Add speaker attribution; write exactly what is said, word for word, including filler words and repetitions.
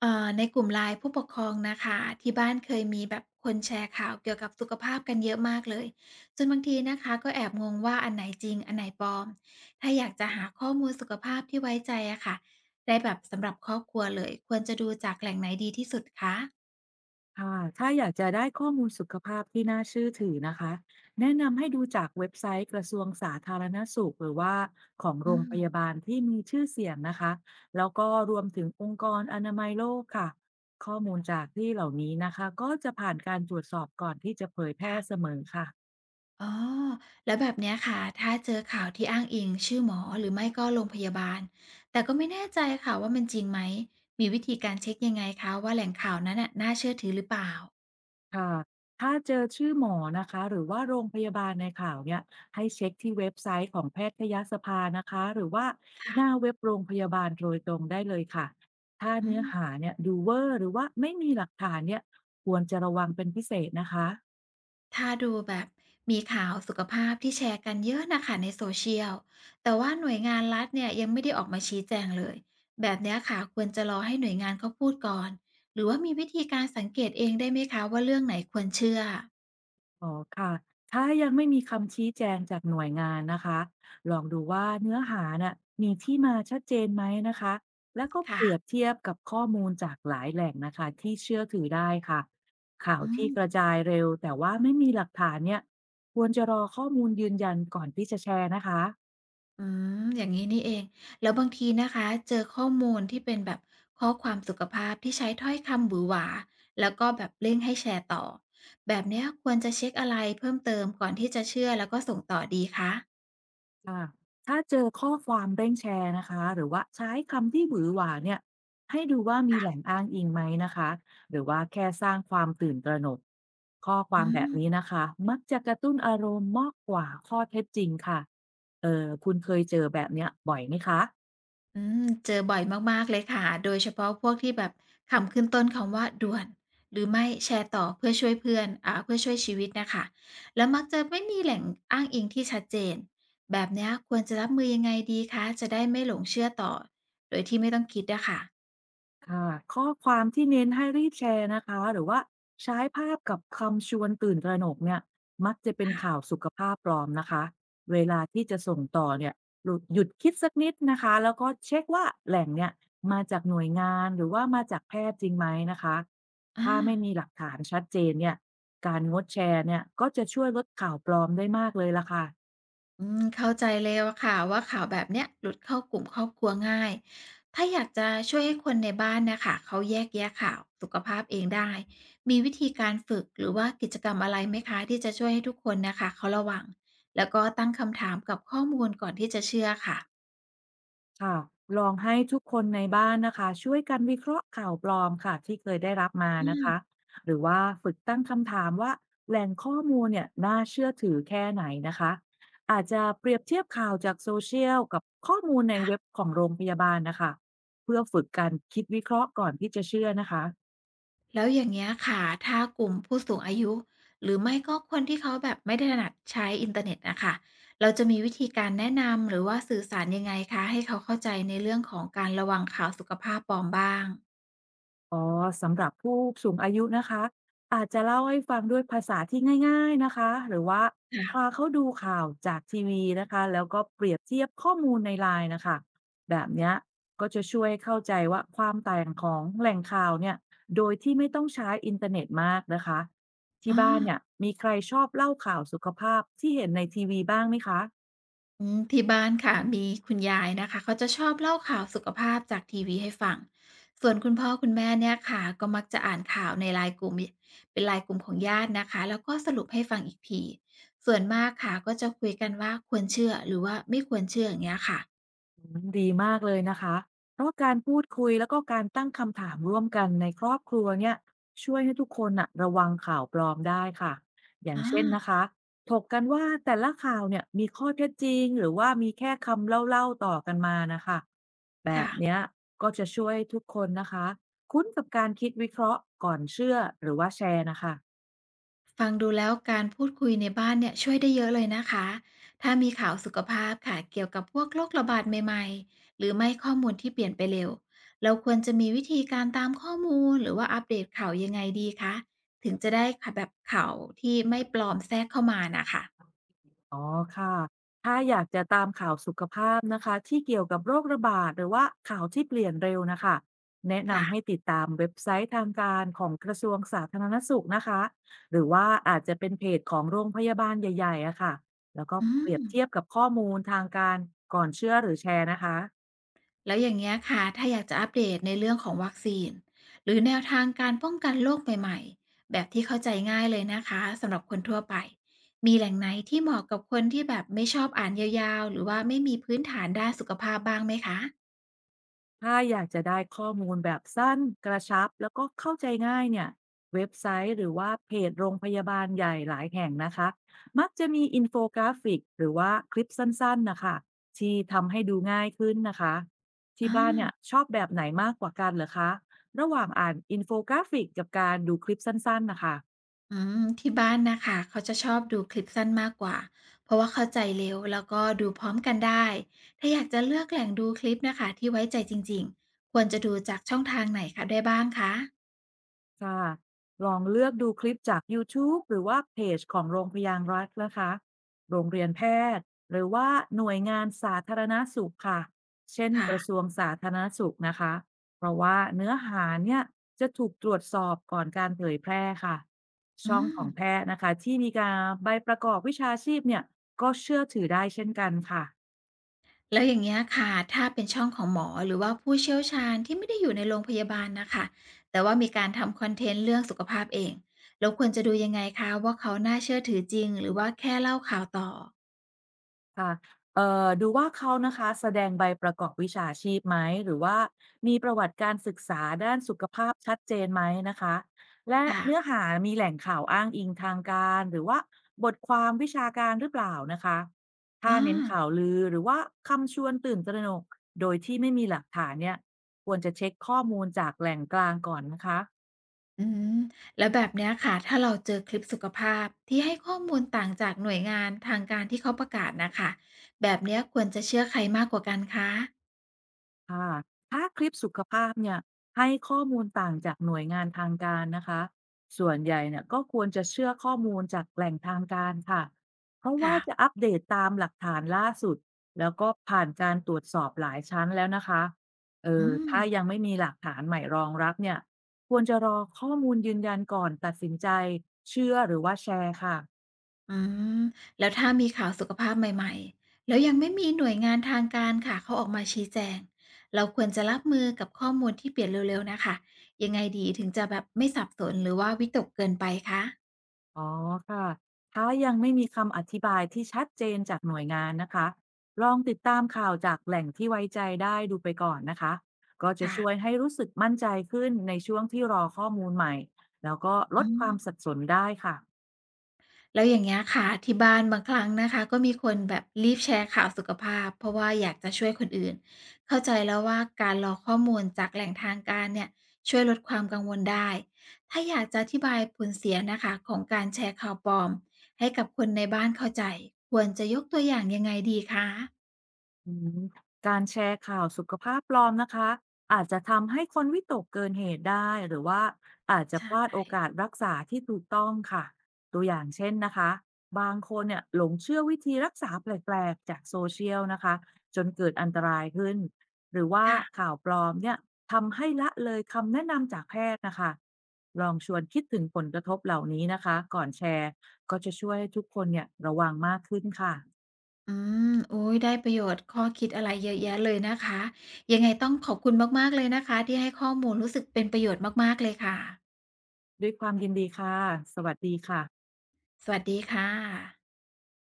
Speaker 1: เอ่อในกลุ่มไลน์ผู้ปกครองนะคะที่บ้านเคยมีแบบคนแชร์ข่าวเกี่ยวกับสุขภาพกันเยอะมากเลยจนบางทีนะคะก็แอบงงว่าอันไหนจริงอันไหนปลอมถ้าอยากจะหาข้อมูลสุขภาพที่ไว้ใจอะค่ะได้แบบสำหรับครอบครัวเลยควรจะดูจากแหล่งไหนดีที่สุดคะ
Speaker 2: ค่ะถ้าอยากจะได้ข้อมูลสุขภาพที่น่าเชื่อถือนะคะ แนะนำให้ดูจากเว็บไซต์กระทรวงสาธารณสุขหรือว่าของโร
Speaker 1: อื
Speaker 2: งพยา
Speaker 1: ม
Speaker 2: บาลที่มีชื่อเสียงนะคะ แล้วก็รวมถึงองค์กรอนามัยโลกค่ะ ข้อมูลจากที่เหล่านี้นะคะก็จะผ่านการตรวจสอบก่อนที่จะเผยแพร่เส
Speaker 1: ค่ะ
Speaker 2: มอค่ะ
Speaker 1: อ๋อแล้วแบบเนี้ยค่ะถ้าเจอข่าวที่อ้างอิงชื่อหมอหรือไม่ก็โรงพยาบาลแต่ก็ไม่แน่ใจค่ะว่ามันจริงไหมมีวิธีการเช็คยังไงคะว่าแหล่งข่าวนั้นน่ะน่าเชื่อถือหรือเปล่า
Speaker 2: ค่ะ ถ้าเจอชื่อหมอนะคะหรือว่าโรงพยาบาลในข่าวเนี่ยให้เช็คที่เว็บไซต์ของแพทยสภานะคะหรือว่า
Speaker 1: ค่ะ
Speaker 2: หน้าเว็บโรงพยาบาลโดยตรงได้เลยค่ะ ถ้า
Speaker 1: อื
Speaker 2: เนื้อ
Speaker 1: ม
Speaker 2: หาเนี่ยดูเวอร์หรือว่าไม่มีหลักฐานเนี่ยควรจะระวังเป็นพิเศษนะคะ
Speaker 1: ถ้าดูแบบมีข่าวสุขภาพที่แชร์กันเยอะนะคะในโซเชียลแต่ว่าหน่วยงานรัฐเนี่ยยังไม่ได้ออกมาชี้แจงเลยแบบเนี้ยค่ะควรจะรอให้หน่วยงานเขาพูดก่อนหรือว่ามีวิธีการสังเกตเองได้ไหมคะว่าเรื่องไหนควรเชื่อ
Speaker 2: อ๋อค่ะ ถ้ายังไม่มีคำชี้แจงจากหน่วยงานนะคะ ลองดูว่าเนื้อหาน่ะมีที่มาชัดเจนไหมนะคะ แล้วก็เปรียบ
Speaker 1: ค่ะ
Speaker 2: เทียบกับข้อมูลจากหลายแหล่งนะคะที่เชื่อถือได้ค่ะ ข่าว
Speaker 1: อื
Speaker 2: ที่กระ
Speaker 1: ม
Speaker 2: จายเร็วแต่ว่าไม่มีหลักฐานเนี่ยควรจะรอข้อมูลยืนยันก่อนที่จะแชร์นะคะ
Speaker 1: อืมอย่างนี้นี่เองแล้วบางทีนะคะเจอข้อมูลที่เป็นแบบข้อความสุขภาพที่ใช้ถ้อยคำหวือหวาแล้วก็แบบเร่งให้แชร์ต่อแบบเนี้ยควรจะเช็คอะไรเพิ่มเติมก่อนที่จะเชื่อแล้วก็ส่งต่อดีคะ
Speaker 2: ค่ะถ้าเจอข้อความเร่งแชร์นะคะหรือว่าใช้คำที่หวือหวาเนี่ยให้ดูว่ามีแหล่ง
Speaker 1: ค่ะ
Speaker 2: อ้างอิงไหมนะคะหรือว่าแค่สร้างความตื่นตระหนกข้อค
Speaker 1: อื
Speaker 2: วามแบบนี้
Speaker 1: ม
Speaker 2: นะคะมักจะกระตุ้นอารมณ์มากกว่าข้อเท็จจริงค่ะเออคุณเคยเจอแบบเนี้ยบ่อยไหมคะ
Speaker 1: อืมเจอบ่อยมากๆเลยค่ะ โดยเฉพาะพวกที่แบบคำขึ้นต้นคำว่าด่วนหรือไม่แชร์ต่อเพื่อช่วยเพื่อนอ่าเพื่อช่วยชีวิตนะคะแล้วมักจะไม่มีแหล่งอ้างอิงที่ชัดเจนแบบเนี้ยควรจะรับมือยังไงดีคะจะได้ไม่หลงเชื่อต่อโดยที่ไม่ต้องคิดอะค่ะ
Speaker 2: ค่ะข้อความที่เน้นให้รีบแชร์นะคะหรือว่าใช้ภาพกับคำชวนตื่นตระหนกเนี่ยมักจะเป็น
Speaker 1: ค่ะ
Speaker 2: ข่าวสุขภาพปลอมนะคะเวลาที่จะส่งต่อเนี่ยหลุดหยุดคิดสักนิดนะคะแล้วก็เช็คว่าแหล่งเนี่ยมาจากหน่วยงานหรือว่ามาจากแพทย์จริงไหมนะคะ
Speaker 1: อา
Speaker 2: ถ้าไม่มีหลักฐานชัดเจนเนี่ยการงดแชร์เนี่ยก็จะช่วยลดข่าวปลอมได้มากเลยล่ะค่ะ
Speaker 1: อืมเข้าใจเลยอค่ะว่าข่าวแบบเนี้ยหลุดเข้ากลุ่มครอบครัวง่าย ถ้าอยากจะช่วยให้คนในบ้านเนะค่ะเขาแยกแยะข่าวสุขภาพเองได้มีวิธีการฝึกหรือว่ากิจกรรมอะไรไหมคะที่จะช่วยให้ทุกคนนะคะเขาระวังแล้วก็ตั้งคำถามกับข้อมูลก่อนที่จะเชื่อค่ะ
Speaker 2: ค่ะลองให้ทุกคนในบ้านนะคะช่วยกันวิเคราะห์ข่าวปลอมค่ะที่เคยได้รับมา
Speaker 1: อื
Speaker 2: นะคะ
Speaker 1: ม
Speaker 2: หรือว่าฝึกตั้งคำถามว่าแหล่งข้อมูลเนี่ยน่าเชื่อถือแค่ไหนนะคะอาจจะเปรียบเทียบข่าวจากโซเชียลกับข้อมูลในเว็บ
Speaker 1: ค่ะ
Speaker 2: ของโรงพยาบาลนะคะเพื่อฝึกการคิดวิเคราะห์ก่อนที่จะเชื่อนะคะ
Speaker 1: แล้วอย่างเงี้ยค่ะถ้ากลุ่มผู้สูงอายุหรือไม่ก็คนที่เขาแบบไม่ได้ถนัดใช้อินเทอร์เน็ตนะคะเราจะมีวิธีการแนะนำหรือว่าสื่อสารยังไงคะให้เขาเข้าใจในเรื่องของการระวังข่าวสุขภาพปลอมบ้าง
Speaker 2: อ๋อสำหรับผู้สูงอายุนะคะอาจจะเล่าให้ฟังด้วยภาษาที่ง่ายๆนะคะหรือว่าพา
Speaker 1: ค่ะ
Speaker 2: เขาดูข่าวจากทีวีนะคะแล้วก็เปรียบเทียบข้อมูลในไลน์นะคะแบบเนี้ยก็จะช่วยเข้าใจว่าความต่างของแหล่งข่าวเนี่ยโดยที่ไม่ต้องใช้อินเทอร์เน็ตมากนะคะที่
Speaker 1: อ๋อ
Speaker 2: บ้านเนี่ยมีใครชอบเล่าข่าวสุขภาพที่เห็นในทีวีบ้างไหมคะ
Speaker 1: อืมที่บ้านค่ะมีคุณยายนะคะเขาจะชอบเล่าข่าวสุขภาพจากทีวีให้ฟังส่วนคุณพ่อคุณแม่เนี่ยค่ะก็มักจะอ่านข่าวในไลน์กลุ่มเป็นไลน์กลุ่มของญาตินะคะแล้วก็สรุปให้ฟังอีกทีส่วนมากค่ะก็จะคุยกันว่าควรเชื่อหรือว่าไม่ควรเชื่ออย่างเงี้ยค่ะ
Speaker 2: อืมดีมากเลยนะคะเพราะการพูดคุยแล้วก็การตั้งคำถามร่วมกันในครอบครัวเนี่ยช่วยให้ทุกคนอะระวังข่าวปลอมได้ค่ะอย่าง
Speaker 1: อา
Speaker 2: เช่นนะคะถกกันว่าแต่ละข่าวเนี่ยมีข้อเท็จจริงหรือว่ามีแค่คำเล่าๆต่อกันมานะคะแบบ
Speaker 1: ค่ะ
Speaker 2: เนี้ยก็จะช่วยทุกคนนะคะคุ้นกับการคิดวิเคราะห์ก่อนเชื่อหรือว่าแชร์นะคะ
Speaker 1: ฟังดูแล้วการพูดคุยในบ้านเนี่ยช่วยได้เยอะเลยนะคะ ถ้ามีข่าวสุขภาพค่ะเกี่ยวกับพวกโรคระบาดใหม่ๆหรือไม่ข้อมูลที่เปลี่ยนไปเร็วเราควรจะมีวิธีการตามข้อมูลหรือว่าอัปเดตข่าวยังไงดีคะถึงจะได้ค่ะแบบข่าวที่ไม่ปลอมแทรกเข้ามานะคะ
Speaker 2: อ๋อค่ะถ้าอยากจะตามข่าวสุขภาพนะคะที่เกี่ยวกับโรคระบาดหรือว่าข่าวที่เปลี่ยนเร็วนะคะแนะนำให้
Speaker 1: ค่ะ
Speaker 2: ติดตามเว็บไซต์ทางการของกระทรวงสาธารณสุขนะคะหรือว่าอาจจะเป็นเพจของโรงพยาบาลใหญ่ๆอะค่ะแล้วก็
Speaker 1: อื
Speaker 2: เปรี
Speaker 1: ม
Speaker 2: ยบเทียบกับข้อมูลทางการก่อนเชื่อหรือแชร์นะคะ
Speaker 1: แล้วอย่างเงี้ยค่ะถ้าอยากจะอัปเดตในเรื่องของวัคซีนหรือแนวทางการป้องกันโรคใหม่ๆแบบที่เข้าใจง่ายเลยนะคะสำหรับคนทั่วไปมีแหล่งไหนที่เหมาะกับคนที่แบบไม่ชอบอ่านยาวๆหรือว่าไม่มีพื้นฐานด้านสุขภาพบ้างไหมคะ
Speaker 2: ถ้าอยากจะได้ข้อมูลแบบสั้นกระชับแล้วก็เข้าใจง่ายเนี่ยเว็บไซต์หรือว่าเพจโรงพยาบาลใหญ่หลายแห่งนะคะมักจะมีอินโฟกราฟิกหรือว่าคลิปสั้นๆนะคะที่ทำให้ดูง่ายขึ้นนะคะที่
Speaker 1: อา
Speaker 2: บ้านเนี่ยชอบแบบไหนมากกว่ากันเหรอคะระหว่างอ่านอินโฟกราฟิกกับการดูคลิปสั้นๆนะคะ
Speaker 1: อืมที่บ้านนะคะเขาจะชอบดูคลิปสั้นมากกว่าเพราะว่าเข้าใจเร็วแล้วก็ดูพร้อมกันได้ถ้าอยากจะเลือกแหล่งดูคลิปนะคะที่ไว้ใจจริงๆควรจะดูจากช่องทางไหนคะได้บ้างคะ
Speaker 2: ค่ะลองเลือกดูคลิปจาก ยูทูบ หรือว่าเพจของโรงพยาบาลรัฐนะคะ โรงเรียนแพทย์หรือว่าหน่วยงานสาธารณสุขค่ะ เช่นกระทร
Speaker 1: ค่ะ
Speaker 2: วงสาธารณสุขนะคะ เพราะว่าเนื้อหาเนี่ยจะถูกตรวจสอบก่อนการเผยแพร่ค่ะ
Speaker 1: อื
Speaker 2: ช่องข
Speaker 1: ม
Speaker 2: องแพทย์นะคะที่มีการใบประกอบวิชาชีพเนี่ยก็เชื่อถือได้เช่นกันค่ะ
Speaker 1: แล้วอย่างเงี้ยค่ะถ้าเป็นช่องของหมอหรือว่าผู้เชี่ยวชาญที่ไม่ได้อยู่ในโรงพยาบาลนะคะ แต่ว่ามีการทำคอนเทนต์เรื่องสุขภาพเองเราควรจะดูยังไงคะว่าเขาน่าเชื่อถือจริงหรือว่าแค่เล่าข่าวต่อ
Speaker 2: ค่ะเอ่อดูว่าเขานะคะแสดงใบประกอบวิชาชีพไหม หรือว่ามีประวัติการศึกษาด้านสุขภาพชัดเจนไหมนะคะและ
Speaker 1: ค่ะ
Speaker 2: เนื้อหามีแหล่งข่าวอ้างอิงทางการ หรือว่าบทความวิชาการหรือเปล่านะคะถ้า
Speaker 1: อา
Speaker 2: เน้นข่าวลือ หรือว่าคำชวนตื่นตระหนกโดยที่ไม่มีหลักฐานเนี่ยควรจะเช็คข้อมูลจากแหล่งกลางก่อนนะคะ
Speaker 1: อืมแล้วแบบเนี้ยค่ะ ถ้าเราเจอคลิปสุขภาพที่ให้ข้อมูลต่างจากหน่วยงานทางการที่เขาประกาศนะคะ แบบเนี้ยควรจะเชื่อใครมากกว่ากันคะ
Speaker 2: ค่ะถ้าคลิปสุขภาพเนี่ยให้ข้อมูลต่างจากหน่วยงานทางการนะคะส่วนใหญ่เนี่ยก็ควรจะเชื่อข้อมูลจากแหล่งทางการค่ะเพราะว่า
Speaker 1: ค่ะ
Speaker 2: จะอัปเดตตามหลักฐานล่าสุดแล้วก็ผ่านการตรวจสอบหลายชั้นแล้วนะคะเอ
Speaker 1: อื
Speaker 2: อ
Speaker 1: ม
Speaker 2: ถ้ายังไม่มีหลักฐานใหม่รองรับเนี่ยควรจะรอข้อมูลยืนยันก่อนตัดสินใจเชื่อหรือว่าแชร์ค่ะ
Speaker 1: อืมแล้วถ้ามีข่าวสุขภาพใหม่ๆแล้วยังไม่มีหน่วยงานทางการค่ะเขาออกมาชี้แจงเราควรจะรับมือกับข้อมูลที่เปลี่ยนเร็วๆนะคะยังไงดีถึงจะแบบไม่สับสนหรือว่าวิตกเกินไปคะ
Speaker 2: อ๋อค่ะ ถ้ายังไม่มีคำอธิบายที่ชัดเจนจากหน่วยงานนะคะ ลองติดตามข่าวจากแหล่งที่ไว้ใจได้ดูไปก่อนนะคะ ก็จะ
Speaker 1: ค่ะ
Speaker 2: ช่วยให้รู้สึกมั่นใจขึ้นในช่วงที่รอข้อมูลใหม่ แล้วก็ล
Speaker 1: อื
Speaker 2: ดความสั
Speaker 1: ม
Speaker 2: บสนได้ค่ะ
Speaker 1: แล้วอย่างเงี้ยค่ะที่บ้านบางครั้งนะคะก็มีคนแบบรีบแชร์ข่าวสุขภาพเพราะว่าอยากจะช่วยคนอื่นเข้าใจแล้วว่าการรอข้อมูลจากแหล่งทางการเนี่ยช่วยลดความกังวลได้ถ้าอยากจะอธิบายผลเสียนะคะของการแชร์ข่าวปลอมให้กับคนในบ้านเข้าใจควรจะยกตัวอย่างยังไงดีคะ
Speaker 2: อืมการแชร์ข่าวสุขภาพปลอมนะคะอาจจะทำให้คนวิตกเกินเหตุได้หรือว่าอาจจะ
Speaker 1: ใช
Speaker 2: พลาดโอ
Speaker 1: ่
Speaker 2: กาสรักษาที่ถูกต้องค่ะตัวอย่างเช่นนะคะบางคนเนี่ยหลงเชื่อวิธีรักษาแปลกๆจากโซเชียลนะคะจนเกิดอันตรายขึ้นหรือว่า
Speaker 1: ค่ะ
Speaker 2: ข่าวปลอมเนี่ยทำให้ละเลยคำแนะนำจากแพทย์นะคะลองชวนคิดถึงผลกระทบเหล่านี้นะคะก่อนแชร์ก็จะช่วยให้ทุกคนเนี่ยระวังมากขึ้นค่ะ
Speaker 1: อืมอุ๊ยได้ประโยชน์ข้อคิดอะไรเยอะแยะเลยนะคะยังไงต้องขอบคุณมากๆเลยนะคะที่ให้ข้อมูลรู้สึกเป็นประโยชน์มากๆเลยค่ะ
Speaker 2: ด้วยความยินดีค่ะ สวัสดีค่ะ
Speaker 1: สวัสดีค่ะ